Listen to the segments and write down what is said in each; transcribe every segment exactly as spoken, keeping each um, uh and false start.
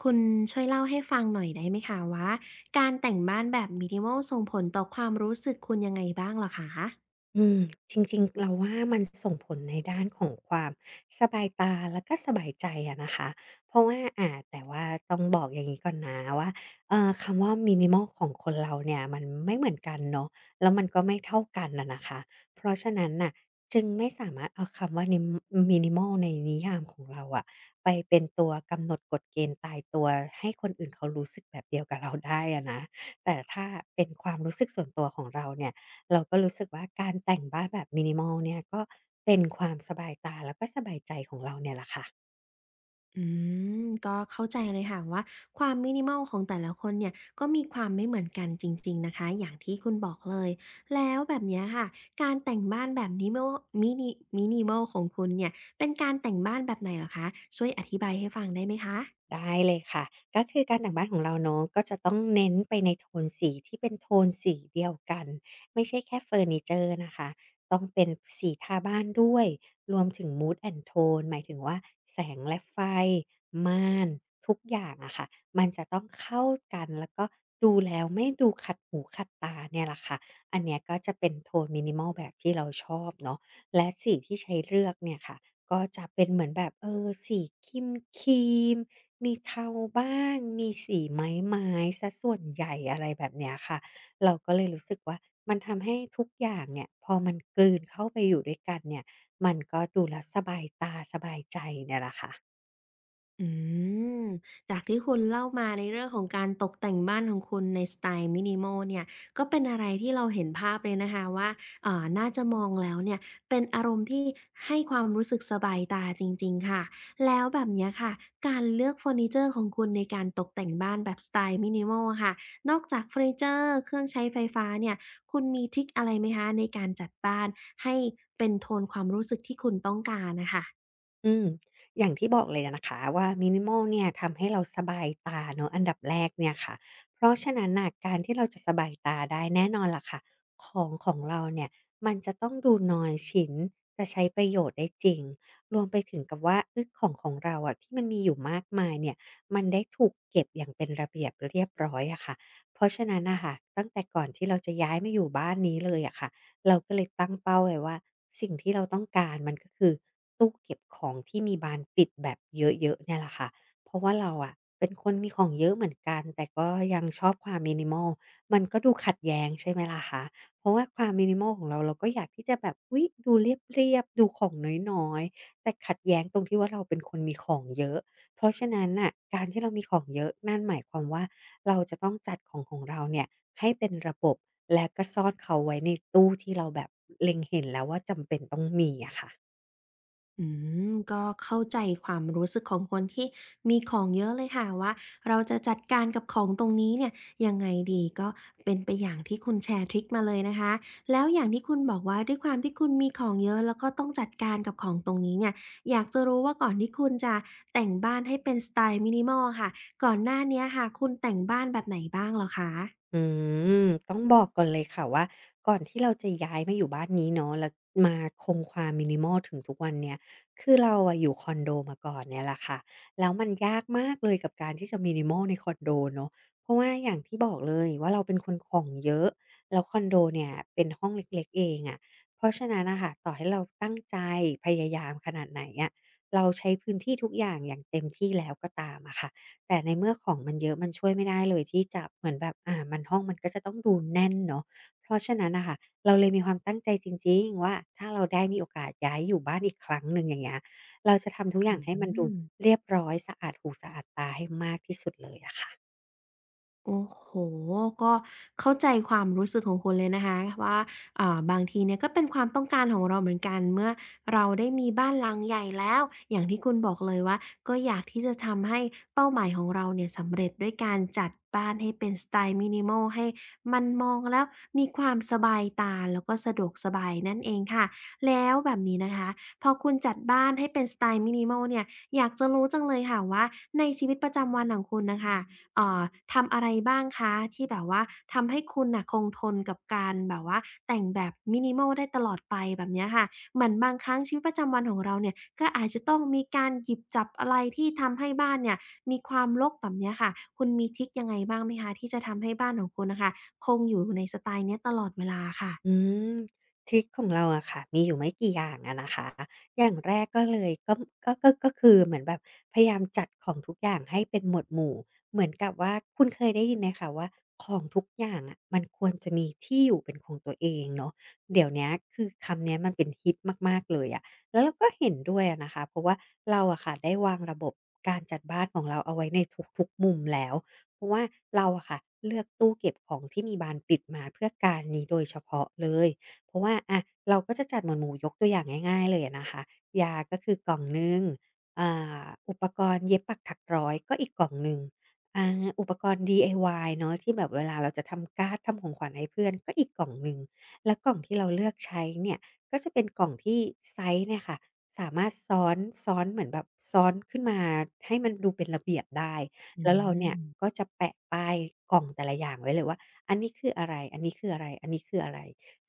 คุณช่วยเล่าให้ฟังหน่อยได้ไหมคะว่าการแต่งบ้านแบบ minimal ส่งผลต่อความรู้สึกคุณยังไงบ้างเหรอคะอืมจริงๆเราว่ามันส่งผลในด้านของความสบายตาแล้วก็สบายใจอะนะคะเพราะว่าอ่าแต่ว่าต้องบอกอย่างงี้ก่อนนะว่าเอ่อคำว่า minimal ของคนเราเนี่ยมันไม่เหมือนกันเนาะแล้วมันก็ไม่เท่ากันอะนะคะเพราะฉะนั้นน่ะจึงไม่สามารถเอาคำว่านิม minimal ในนิยามของเราอะไปเป็นตัวกำหนดกฎเกณฑ์ตายตัวให้คนอื่นเขารู้สึกแบบเดียวกับเราได้อะนะแต่ถ้าเป็นความรู้สึกส่วนตัวของเราเนี่ย เราก็รู้สึกว่าการแต่งบ้านแบบ minimal เนี่ยก็เป็นความสบายตาแล้วก็สบายใจของเราเนี่ยแหละค่ะ อืมก็เข้าใจเลยค่ะว่าความ minimal ของแต่ละคนเนี่ยก็มีความไม่เหมือนกันจริงๆนะคะอย่างที่คุณบอกเลยแล้วแบบเนี้ยค่ะการแต่งบ้านแบบ เอ็น ไอ เอ็ม เอ แอล mini มินิมอล ของคุณเนี่ยเป็นการแต่งบ้านแบบไหนเหรอคะช่วยอธิบายให้ฟังได้ไหมคะ ได้เลยค่ะ ก็คือการแต่งบ้านของเราเนาะก็จะต้องเน้นไปในโทนสีที่เป็นโทนสีเดียวกัน ไม่ใช่แค่เฟอร์นิเจอร์นะคะ ต้องเป็นสีทาบ้านด้วยรวมถึง Mood and Tone หมายถึงว่าแสงและไฟม่านทุกอย่างอะค่ะมันจะต้องเข้ากันแล้วก็ดูแล้วไม่ดูขัดหูขัดตาเนี่ยแหละค่ะ อันเนี้ยก็จะเป็นโทนมินิมอลแบบที่เราชอบเนาะและสีที่ใช้เลือกเนี่ยค่ะ ก็จะเป็นเหมือนแบบเออสีครีมครีมมีเทาบ้างมีสีไม้ๆเสียส่วนใหญ่อะไรแบบเนี้ยค่ะเราก็เลยรู้สึกว่ามันทำให้ทุกอย่างเนี่ยพอมันกลืนเข้าไปอยู่ด้วยกันเนี่ยมันก็ดูแล้วสบายตาสบายใจเนี่ยแหละค่ะ อืมจากที่คุณเล่ามาในเรื่องของการตกแต่งบ้านของคุณในสไตล์ minimal เนี่ยก็เป็นอะไรที่เราเห็นภาพเลยนะคะว่าเอ่อน่าจะมองแล้วเนี่ยเป็นอารมณ์ที่ให้ความรู้สึกสบายตาจริงๆค่ะแล้วแบบเนี้ยค่ะการเลือกเฟอร์นิเจอร์ของคุณในการตกแต่งบ้านแบบสไตล์ minimal อะค่ะนอกจากเฟอร์นิเจอร์เครื่องใช้ไฟฟ้าเนี่ยคุณมีทริกอะไรไหมคะในการจัดบ้านให้เป็นโทนความรู้สึกที่คุณต้องการน่ะค่ะ อืมอย่างที่บอกเลยนะคะว่ามินิมอลเนี่ยทำให้เราสบายตาเนอะอันดับแรกเนี่ยค่ะเพราะฉะนั้นน่ะการที่เราจะสบายตาได้แน่นอนล่ะค่ะของของเราเนี่ยมันจะต้องดูน้อยชิ้นจะใช้ประโยชน์ได้จริงรวมไปถึงกับว่าเออของของเราอะที่มันมีอยู่มากมายเนี่ยมันได้ถูกเก็บอย่างเป็นระเบียบเรียบร้อยอะค่ะเพราะฉะนั้นนะคะตั้งแต่ก่อนที่เราจะย้ายมาอยู่บ้านนี้เลยอะค่ะ เราก็เลยตั้งเป้าไว้ว่าสิ่งที่เราต้องการมันก็คือตู้เก็บของที่มีบานปิดแบบเยอะๆเนี่ยแหละค่ะเพราะว่าเราอะเป็นคนมีของเยอะเหมือนกันแต่ก็ยังชอบความ minimal มันก็ดูขัดแย้งใช่ไหมล่ะคะเพราะว่าความ minimal ของเราเราก็อยากที่จะแบบอุ๊ยดูเรียบๆดูของน้อยๆแต่ขัดแย้งตรงที่ว่าเราเป็นคนมีของเยอะ เพราะฉะนั้นน่ะการที่เรามีของเยอะนั่นหมายความว่าเราจะต้องจัดของของเราเนี่ยให้เป็นระบบและก็ซ่อนเขาไว้ในตู้ที่เราแบบเล็งเห็นแล้วว่าจำเป็นต้องมีอะค่ะ อืมก็เข้าใจความรู้สึกของคนที่มีของเยอะเลยค่ะว่าเราจะจัดการกับของตรงนี้เนี่ยยังไงดีก็เป็นไปอย่างที่คุณแชร์ทริคมาเลยนะคะแล้วอย่างที่คุณบอกว่าด้วยความที่คุณมีของเยอะแล้วก็ต้องจัดการกับของตรงนี้เนี่ยอยากจะรู้ว่าก่อนที่คุณจะแต่งบ้านให้เป็นสไตล์มินิมอลค่ะก่อนหน้าเนี้ยค่ะคุณแต่งบ้านแบบไหนบ้างเหรอคะอืมต้องบอกก่อนเลยค่ะว่าก่อนที่เราจะย้ายมาอยู่บ้านนี้เนาะแล้วมาคงความ minimal ถึงทุกวันเนี้ยคือเราอะอยู่คอนโดมาก่อนเนี่ยแหละค่ะแล้วมันยากมากเลยกับการที่จะ minimal ในคอนโดเนาะเพราะว่าอย่างที่บอกเลยว่าเราเป็นคนของเยอะแล้วคอนโดเนี่ยเป็นห้องเล็กๆเองอะเพราะฉะนั้นน่ะค่ะต่อให้เราตั้งใจพยายามขนาดไหนอะเราใช้พื้นที่ทุกอย่างอย่างเต็มที่แล้วก็ตามอะค่ะ แต่ในเมื่อของมันเยอะมันช่วยไม่ได้เลยที่จะเหมือนแบบอ่ามันห้องมันก็จะต้องดูแน่นเนาะเพราะฉะนั้นน่ะค่ะเราเลยมีความตั้งใจจริงๆว่าถ้าเราได้มีโอกาสย้ายอยู่บ้านอีกครั้งหนึ่งอย่างเงี้ยเราจะทำทุกออืย่างให้มันดูม เรียบร้อยสะอาดหูสะอาดตาให้มากที่สุดเลยอะค่ะ โอ้โหก็เข้าใจความรู้สึกของคุณเลยนะคะว่าอ่าบางทีเนี่ยก็เป็นความต้องการของเราเหมือนกันเมื่อเราได้มีบ้านหลังใหญ่แล้ว อย่างที่คุณบอกเลยว่า ก็อยากที่จะทำให้เป้าหมายของเราเนี่ยสำเร็จด้วยการจัดบ้านให้เป็นสไตล์มินิมอลให้มันมองแล้วมีความสบายตาแล้วก็สะดวกสบายนั่นเองค่ะ แล้วแบบนี้นะคะพอคุณจัดบ้านให้เป็นสไตล์มินิมอลเนี่ยอยากจะรู้จังเลยค่ะว่าในชีวิตประจำวันของคุณนะคะ เอ่าทำอะไรบ้างคะที่แบบว่าทำให้คุณน่ะคงทนกับการแบบว่าแต่งแบบ minimal ได้ตลอดไปแบบเนี้ยค่ะเหมือนบางครั้งชีวิตประจำวันของเราเนี่ยก็อาจจะต้องมีการหยิบจับอะไรที่ทำให้บ้านเนี่ยมีความรกแบบเนี้ยค่ะคุณมีทริกยังไงบ้างไหมคะที่จะทำให้บ้านของคุณน่ะค่ะคงอยู่ในสไตล์เนี้ยตลอดเวลาค่ะอืมทริกของเราอะค่ะมีอยู่ไม่กี่อย่างอะนะคะอย่างแรกก็เลยก็ก็ก็ก็คือเหมือนแบบพยายามจัดของทุกอย่างให้เป็นหมวดหมู่เหมือนกับว่าคุณเคยได้ยินไหมคะว่าของทุกอย่างอะมันควรจะมีที่อยู่เป็นของตัวเองเนาะเดี๋ยวเนี้ยคือคำเนี้ยมันเป็นฮิตมากๆเลยอะแล้วเราก็เห็นด้วยอะนะคะเพราะว่าเราอะค่ะได้วางระบบการจัดบ้านของเราเอาไว้ในทุกๆมุมแล้ว เพราะว่าเราอะค่ะเลือกตู้เก็บของที่มีบานปิดมาเพื่อการนี้โดยเฉพาะเลยเพราะว่าอะเราก็จะจัดหมวดหมู่ยกตัวอย่างง่ายๆเลยอะนะคะยาก็คือกล่องหนึ่งอ่าอุปกรณ์เย็บปักถักร้อยก็อีกกล่องหนึ่งอ่าอุปกรณ์ ดี ไอ วาย เนาะที่แบบเวลาเราจะทำการ์ดทำของขวัญให้เพื่อนก็อีกกล่องหนึ่งแล้วกล่องที่เราเลือกใช้เนี่ยก็จะเป็นกล่องที่ไซซ์เนี่ยค่ะสามารถซ้อนซ้อนเหมือนแบบซ้อนขึ้นมาให้มันดูเป็นระเบียบได้ อืแล้วเราเนี่ยมก็จะแปะป้ายกล่องแต่ละอย่างไว้เลยว่าอันนี้คืออะไรอันนี้คืออะไรอันนี้คืออะไร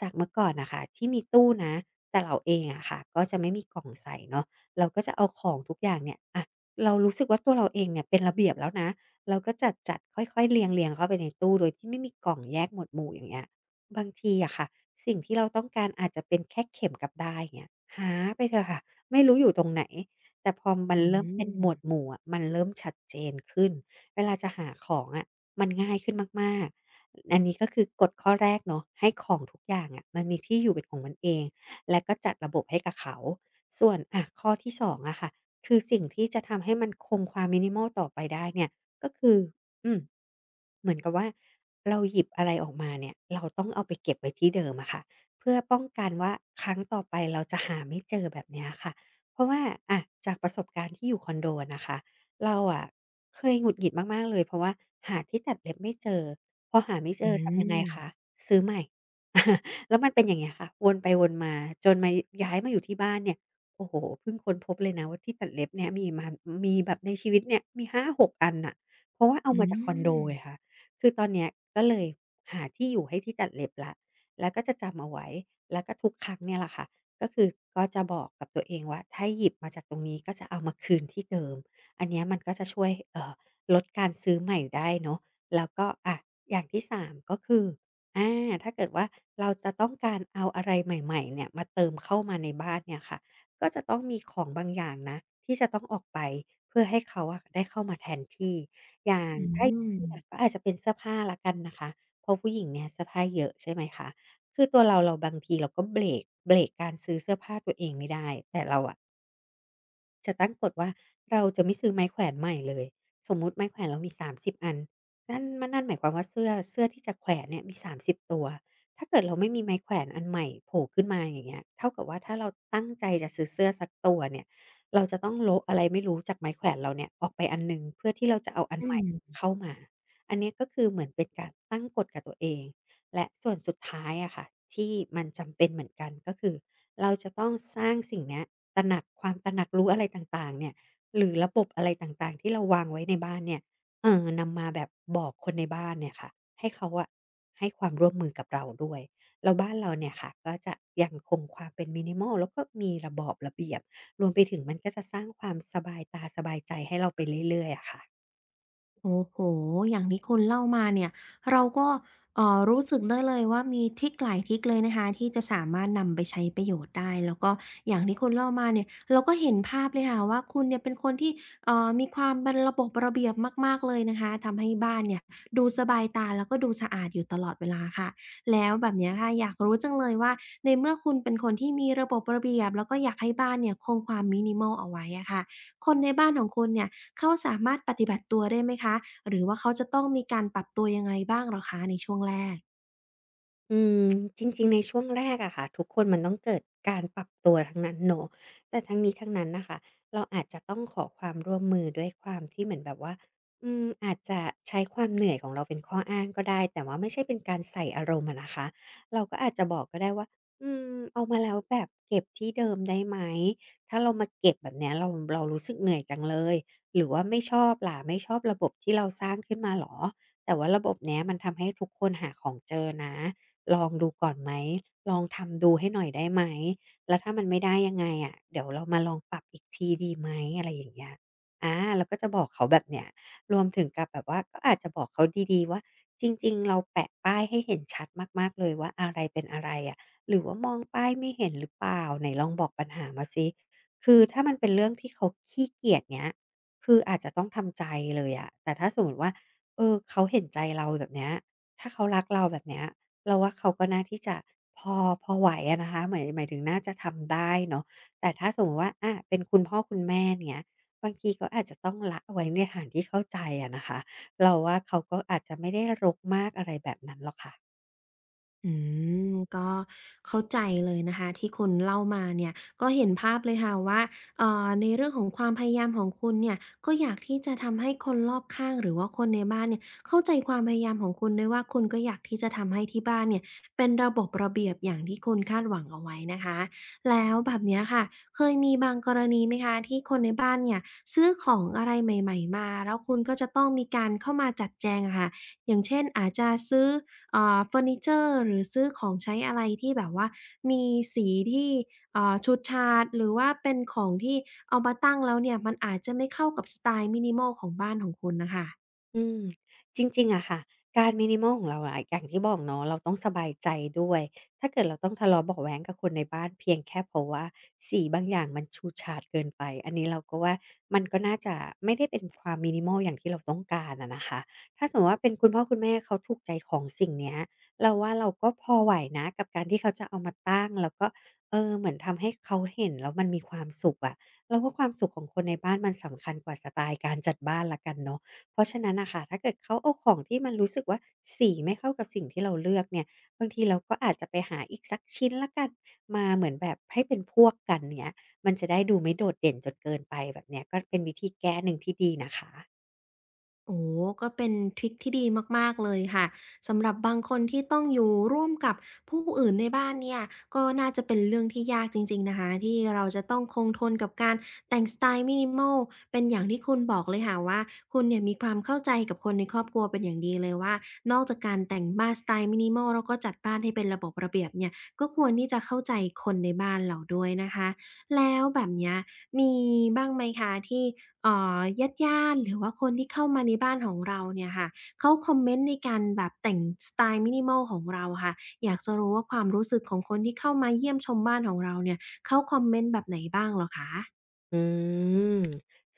จากเมื่อก่อนนะคะที่มีตู้นะแต่เราเองอะค่ะก็จะไม่มีกล่องใส่เนาะเราก็จะเอาของทุกอย่างเนี่ยอะเรารู้สึกว่าตัวเราเองเนี่ยเป็นระเบียบแล้วนะเราก็จัดจัดค่อยๆเรียงๆเข้าไปในตู้โดยที่ไม่มีกล่องแยกหมวดหมู่อย่างเงี้ยบางทีอะค่ะสิ่งที่เราต้องการอาจจะเป็นแค่เข็มกลับด้ายอย่างเงี้ยหาไปเถอะค่ะไม่รู้อยู่ตรงไหน แต่พอมันอืเริ่มเป็นมหมวดหมู่อะมันเริ่มชัดเจนขึ้น เวลาจะหาของอะมันง่ายขึ้นมากๆ อันนี้ก็คือกฎข้อแรกเนาะให้ของทุกอย่างอะมันมีที่อยู่เป็นของมันเองและก็จัดระบบให้กับเขาส่วนอะข้อที่สองอะค่ะคือสิ่งที่จะทำให้มันคงความ minimal ต่อไปได้เนี่ยก็คืออืมเหมือนกับว่าเราหยิบอะไรออกมาเนี่ยเราต้องเอาไปเก็บไว้ที่เดิมอะค่ะเพื่อป้องกันว่าครั้งต่อไปเราจะหาไม่เจอแบบเนี้ยค่ะ เพราะว่าอะจากประสบการณ์ที่อยู่คอนโดอะนะคะเราอะเคยหงุดหงิดมากๆเลยเพราะว่าหาที่ตัดเล็บไม่เจอพอหาไม่เจอือทำยังไงมคะซื้อใหม่ แล้วมันเป็นอย่างเงี้ยค่ะวนไปวนมาจนมาย้ายมาอยู่ที่บ้านเนี่ยโอ้โฮเพิ่งค้นพบเลยนะว่าที่ตัดเล็บเนี่ยมีมามีแบบในชีวิตเนี่ยมีหาหกอันน่ะเพราะว่าเอาอืมาจากคอนโดไงมคะคือตอนเนี้ยก็เลยหาที่อยู่ให้ที่ตัดเล็บแล้วแล้วก็จะจำเอาไว้แล้วก็ทุกครั้งเนี่ยแหละค่ะ ก็คือก็จะบอกกับตัวเองว่าถ้าหยิบมาจากตรงนี้ก็จะเอามาคืนที่เดิมอันเนี้ยมันก็จะช่วยเอ่อลดการซื้อใหม่ได้เนาะแล้วก็อะอย่างที่สามก็คืออาถ้าเกิดว่าเราจะต้องการเอาอะไรใหม่ๆเนี่ยมาเติมเข้ามาในบ้านเนี่ยค่ะก็จะต้องมีของบางอย่างนะที่จะต้องออกไปเพื่อให้เขาอะได้เข้ามาแทนที่อย่างอืถ้า ม ก็อาจจะเป็นเสื้อผ้าแล้วกันนะคะเพราะผู้หญิงเนี่ยเสื้อผ้าเยอะใช่ไหมคะ คือตัวเราเราบางทีเราก็เบรกเบรกการซื้อเสื้อผ้าตัวเองไม่ได้แต่เราอะ จะตั้งกฎว่าเราจะไม่ซื้อไม้แขวนใหม่เลยสมมุติไม้แขวนเรามีสามสิบอันนั่นมันนั่นหมายความว่าเสื้อเสื้อที่จะแขวนเนี่ยมีสามสิบตัวถ้าเกิดเราไม่มีไม้แขวนอันใหม่โผล่ขึ้นมาอย่างเงี้ยเท่ากับว่าถ้าเราตั้งใจจะซื้อเสื้อสักตัวเนี่ยเราจะต้องโละอะไรไม่รู้จากไม้แขวนเราเนี่ยออกไปอันหนึ่งเพื่อที่เราจะเอาอันอืใหม่ม เข้ามาอันเนี้ยก็คือเหมือนเป็นการตั้งกฎกับตัวเองและส่วนสุดท้ายอะค่ะที่มันจำเป็นเหมือนกันก็คือเราจะต้องสร้างสิ่งเนี้ย ตระหนักความตระหนักรู้อะไรต่างๆเนี่ยหรือระบบอะไรต่างๆที่เราวางไว้ในบ้านเนี่ยเอ่อนำมาแบบบอกคนในบ้านเนี่ยค่ะให้เขาอะให้ความร่วมมือกับเราด้วยแล้วบ้านเราเนี่ยค่ะก็จะยังคงความเป็น minimal แล้วก็มีระบอบระเบียบรวมไปถึงมันก็จะสร้างความสบายตาสบายใจให้เราไปเรื่อยๆอะค่ะ โอ้โห อย่างที่คุณเล่ามาเนี่ย เราก็เอ่อรู้สึกได้เลยว่ามีทริกหลายทริกเลยนะคะที่จะสามารถนำไปใช้ประโยชน์ได้ แล้วก็อย่างที่คุณเล่ามาเนี่ย เราก็เห็นภาพเลยค่ะว่าคุณเนี่ยเป็นคนที่เอ่อมีความเป็นระบบระเบียบมากๆเลยนะคะ ทำให้บ้านเนี่ยดูสบายตาแล้วก็ดูสะอาดอยู่ตลอดเวลาค่ะ แล้วแบบเนี้ยค่ะ อยากรู้จังเลยว่าในเมื่อคุณเป็นคนที่มีระบบระเบียบแล้วก็อยากให้บ้านเนี่ยคงความมินิมอลเอาไว้อะค่ะคนในบ้านของคุณเนี่ย เขาสามารถปฏิบัติตัวได้ไหมคะ หรือว่าเขาจะต้องมีการปรับตัวยังไงบ้างเหรอคะในช่วงแรก อืมจริงๆในช่วงแรกอะค่ะทุกคนมันต้องเกิดการปรับตัวทั้งนั้นเนาะแต่ทั้งนี้ทั้งนั้นน่ะค่ะเราอาจจะต้องขอความร่วมมือด้วยความที่เหมือนแบบว่าอืมอาจจะใช้ความเหนื่อยของเราเป็นข้ออ้างก็ได้แต่ว่าไม่ใช่เป็นการใส่อารมณ์อะนะคะเราก็อาจจะบอกก็ได้ว่าอืมเอามาแล้วแบบเก็บที่เดิมได้ไหมถ้าเรามาเก็บแบบเนี้ยเราเรารู้สึกเหนื่อยจังเลยหรือว่าไม่ชอบล่ะไม่ชอบระบบที่เราสร้างขึ้นมาเหรอแต่ว่าระบบเนี้ยมันทำให้ทุกคนหาของเจอนะ ลองดูก่อนไหม ลองทำดูให้หน่อยได้ไหม แล้วถ้ามันไม่ได้ยังไงอะเดี๋ยวเรามาลองปรับอีกทีดีไหมอะไรอย่างเงี้ยอาเราก็จะบอกเขาแบบเนี้ยรวมถึงกับแบบว่าก็อาจจะบอกเขาดีๆว่าจริงๆเราแปะป้ายให้เห็นชัดมากๆเลยว่าอะไรเป็นอะไรอะหรือว่ามองป้ายไม่เห็นหรือเปล่าไหนลองบอกปัญหามาสิคือถ้ามันเป็นเรื่องที่เขาขี้เกียจเงี้ยคืออาจจะต้องทำใจเลยอะแต่ถ้าสมมุติว่าเออเขาเห็นใจเราแบบเนี้ยถ้าเขารักเราแบบเนี้ย เราว่าเขาก็น่าที่จะพอพอไหวอะนะคะหมายหมายถึงน่าจะทำได้เนาะแต่ถ้าสมมติว่าอะเป็นคุณพ่อคุณแม่เนี่ยบางทีก็อาจจะต้องละไว้ในฐานที่เข้าใจอะนะคะเราว่าเขาก็อาจจะไม่ได้รกมากอะไรแบบนั้นหรอกค่ะ อืมก็เข้าใจเลยนะคะที่คุณเล่ามาเนี่ยก็เห็นภาพเลยค่ะว่าเอ่อในเรื่องของความพยายามของคุณเนี่ยก็อยากที่จะทำให้คนรอบข้างหรือว่าคนในบ้านเนี่ยเข้าใจความพยายามของคุณด้วยว่าคุณก็อยากที่จะทำให้ที่บ้านเนี่ยเป็นระบบระเบียบอย่างที่คุณคาดหวังเอาไว้นะคะแล้วแบบเนี้ยค่ะเคยมีบางกรณีไหมคะที่คนในบ้านเนี่ยซื้อของอะไรใหม่ๆมาแล้วคุณก็จะต้องมีการเข้ามาจัดแจงอะค่ะอย่างเช่นอาจจะซื้อ เอ่อเฟอร์นิเจอร์หรือซื้อของใช้อะไรที่แบบว่ามีสีที่เอ่อฉูดฉาดหรือว่าเป็นของที่เอามาตั้งแล้วเนี่ยมันอาจจะไม่เข้ากับสไตล์ minimal ของบ้านของคุณน่ะค่ะ อืมจริงๆอะค่ะการ minimal ของเราอะอย่างที่บอกเนาะเราต้องสบายใจด้วยถ้าเกิดเราต้องทะเลาะเบาะแว้งกับคนในบ้านเพียงแค่เพราะว่าสีบางอย่างมันฉูดฉาดเกินไปอันนี้เราก็ว่ามันก็น่าจะไม่ได้เป็นความ minimal อย่างที่เราต้องการอะนะคะถ้าสมมุติว่าเป็นคุณพ่อคุณแม่เขาถูกใจของสิ่งเนี้ยเราว่าเราก็พอไหวนะกับการที่เขาจะเอามาตั้งแล้วก็เออเหมือนทำให้เขาเห็นแล้วมันมีความสุขอะเราว่าความสุขของคนในบ้านมันสำคัญกว่าสไตล์การจัดบ้านแล้วกันเนาะ เพราะฉะนั้นน่ะค่ะถ้าเกิดเขาเอาของที่มันรู้สึกว่าสีไม่เข้ากับสิ่งที่เราเลือกเนี่ยบางทีเราก็อาจจะไปหาอีกสักชิ้นละกันมาเหมือนแบบให้เป็นพวกกันเงี้ยมันจะได้ดูไม่โดดเด่นจนเกินไปแบบเนี้ยก็เป็นวิธีแก้หนึ่งที่ดีนะคะ โอ้ก็เป็นทริกที่ดีมากๆเลยค่ะสำหรับบางคนที่ต้องอยู่ร่วมกับผู้อื่นในบ้านเนี่ยก็น่าจะเป็นเรื่องที่ยากจริงๆนะคะที่เราจะต้องคงทนกับการแต่งสไตล์ม i นิมอลเป็นอย่างที่คุณบอกเลยค่ะว่าคุณเนี่ยมีความเข้าใจกับคนในครอบครัวเป็นอย่างดีเลยว่านอกจากการแต่งบ้านสไตล์มินิมอลแล้วก็จัดบ้านให้เป็นระบบระเบียบเนี่ยก็ควรที่จะเข้าใจคนในบ้านเราด้วยนะคะแล้วแบบเนี้ยมีบ้างไหมคะที่ เอ่อญาติๆหรือว่าคนที่เข้ามาในบ้านของเราเนี่ยค่ะเขาคอมเมนต์ในการแบบแต่งสไตล์ minimal ของเราค่ะอยากจะรู้ว่าความรู้สึกของคนที่เข้ามาเยี่ยมชมบ้านของเราเนี่ยเขาคอมเมนต์แบบไหนบ้างเหรอคะอืม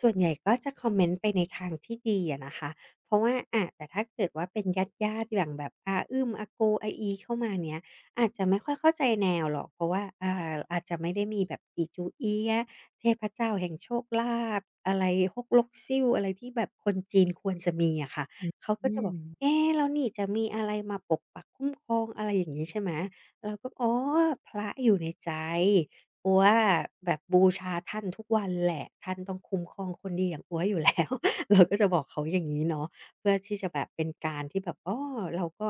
ส่วนใหญ่ก็จะคอมเมนต์ไปในทางที่ดีอะนะคะ เพราะว่าอะแต่ถ้าเกิดว่าเป็นญาติๆอย่างแบบอาอึ้มอาโกอาอีเข้ามาเนี้ยอาจจะไม่ค่อยเข้าใจแนวหรอกเพราะว่าอ่าอาจจะไม่ได้มีแบบอีจูเอี๊ยะเทพเจ้าแห่งโชคลาภอะไรฮกลกซิ่วอะไรที่แบบคนจีนควรจะมีอะค่ะเขาก็อืจะบม อกเอ๊แล้วนี่จะมีอะไรมาปกปักคุ้มครองอะไรอย่างงี้ใช่ไหมเราก็อ๋อพระอยู่ในใจ อัวอะแบบบูชาท่านทุกวันแหละท่านต้องคุ้มครองคนดีอย่างอัวอยู่แล้ว เราก็จะบอกเขาอย่างงี้เนาะเพื่อที่จะแบบเป็นการที่แบบอ้อเราก็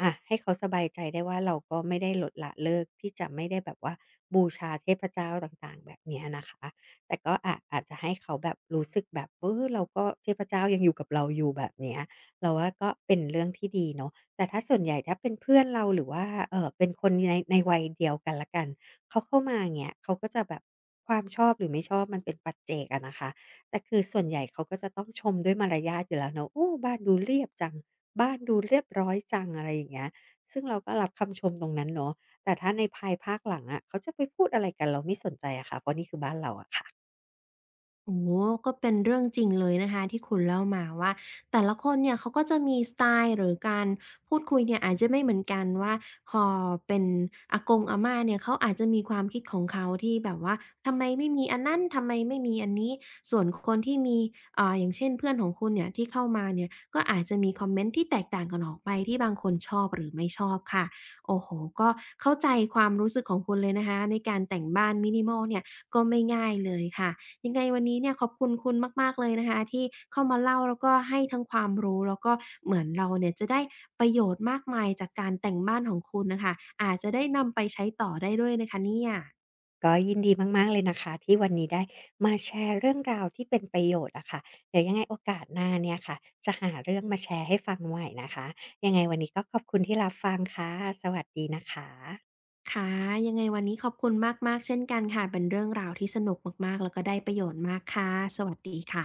อะให้เขาสบายใจได้ว่าเราก็ไม่ได้ลดละเลิกที่จะไม่ได้แบบว่าบูชาเทพเจ้าต่างๆแบบเนี้ยนะคะแต่ก็อะอาจจะให้เขาแบบรู้สึกแบบเออเราก็เทพเจ้ายังอยู่กับเราอยู่แบบเนี้ยเราว่าก็เป็นเรื่องที่ดีเนาะแต่ถ้าส่วนใหญ่ถ้าเป็นเพื่อนเราหรือว่าเอ่อเป็นคนในในวัยเดียวกันแล้วกัน เขาเข้ามาอย่างเงี้ยเขาก็จะแบบความชอบหรือไม่ชอบมันเป็นปัจเจกอะนะคะแต่คือส่วนใหญ่เขาก็จะต้องชมด้วยมารยาทอยู่แล้วเนาะโอ้บ้านดูเรียบจังบ้านดูเรียบร้อยจังอะไรอย่างเงี้ยซึ่งเราก็รับคำชมตรงนั้นเนาะแต่ถ้าในภายภาคหลังอะเขาจะไปพูดอะไรกันเราไม่สนใจอะค่ะเพราะนี่คือบ้านเราอะค่ะ โอ้โฮก็เป็นเรื่องจริงเลยนะคะที่คุณเล่ามาว่าแต่ละคนเนี่ยเขาก็จะมีสไตล์หรือการพูดคุยเนี่ยอาจจะไม่เหมือนกันว่าพอเป็นอากงอาม่าเนี่ยเขาอาจจะมีความคิดของเขาที่แบบว่าทำไมไม่มีอันนั้นทำไมไม่มีอันนี้ส่วนคนที่มีอ่าอย่างเช่นเพื่อนของคุณเนี่ยที่เข้ามาเนี่ยก็อาจจะมีคอมเมนต์ที่แตกต่างกันออกไปที่บางคนชอบหรือไม่ชอบค่ะโอ้โฮก็เข้าใจความรู้สึกของคุณเลยนะคะในการแต่งบ้าน minimal เนี่ยก็ไม่ง่ายเลยค่ะ ยังไงวันนี้เนี่ยขอบคุณคุณมากๆเลยนะคะที่เข้ามาเล่าแล้วก็ให้ทั้งความรู้แล้วก็เหมือนเราเนี่ยจะได้ประโยชน์มากมายจากการแต่งบ้านของคุณน่ะค่ะอาจจะได้นำไปใช้ต่อได้ด้วยนะคะเนี่ยก็ยินดีมากๆเลยนะคะที่วันนี้ได้มาแชร์เรื่องราวที่เป็นประโยชน์อะค่ะเดี๋ยวยังไงโอกาสหน้าเนี่ยค่ะจะหาเรื่องมาแชร์ให้ฟังใหม่นะคะยังไงวันนี้ก็ขอบคุณที่รับฟังค่ะสวัสดีนะคะค่ะยังไงวันนี้ขอบคุณมากๆเช่นกันค่ะเป็นเรื่องราวที่สนุกมากๆแล้วก็ได้ประโยชน์มากค่ะสวัสดีค่ะ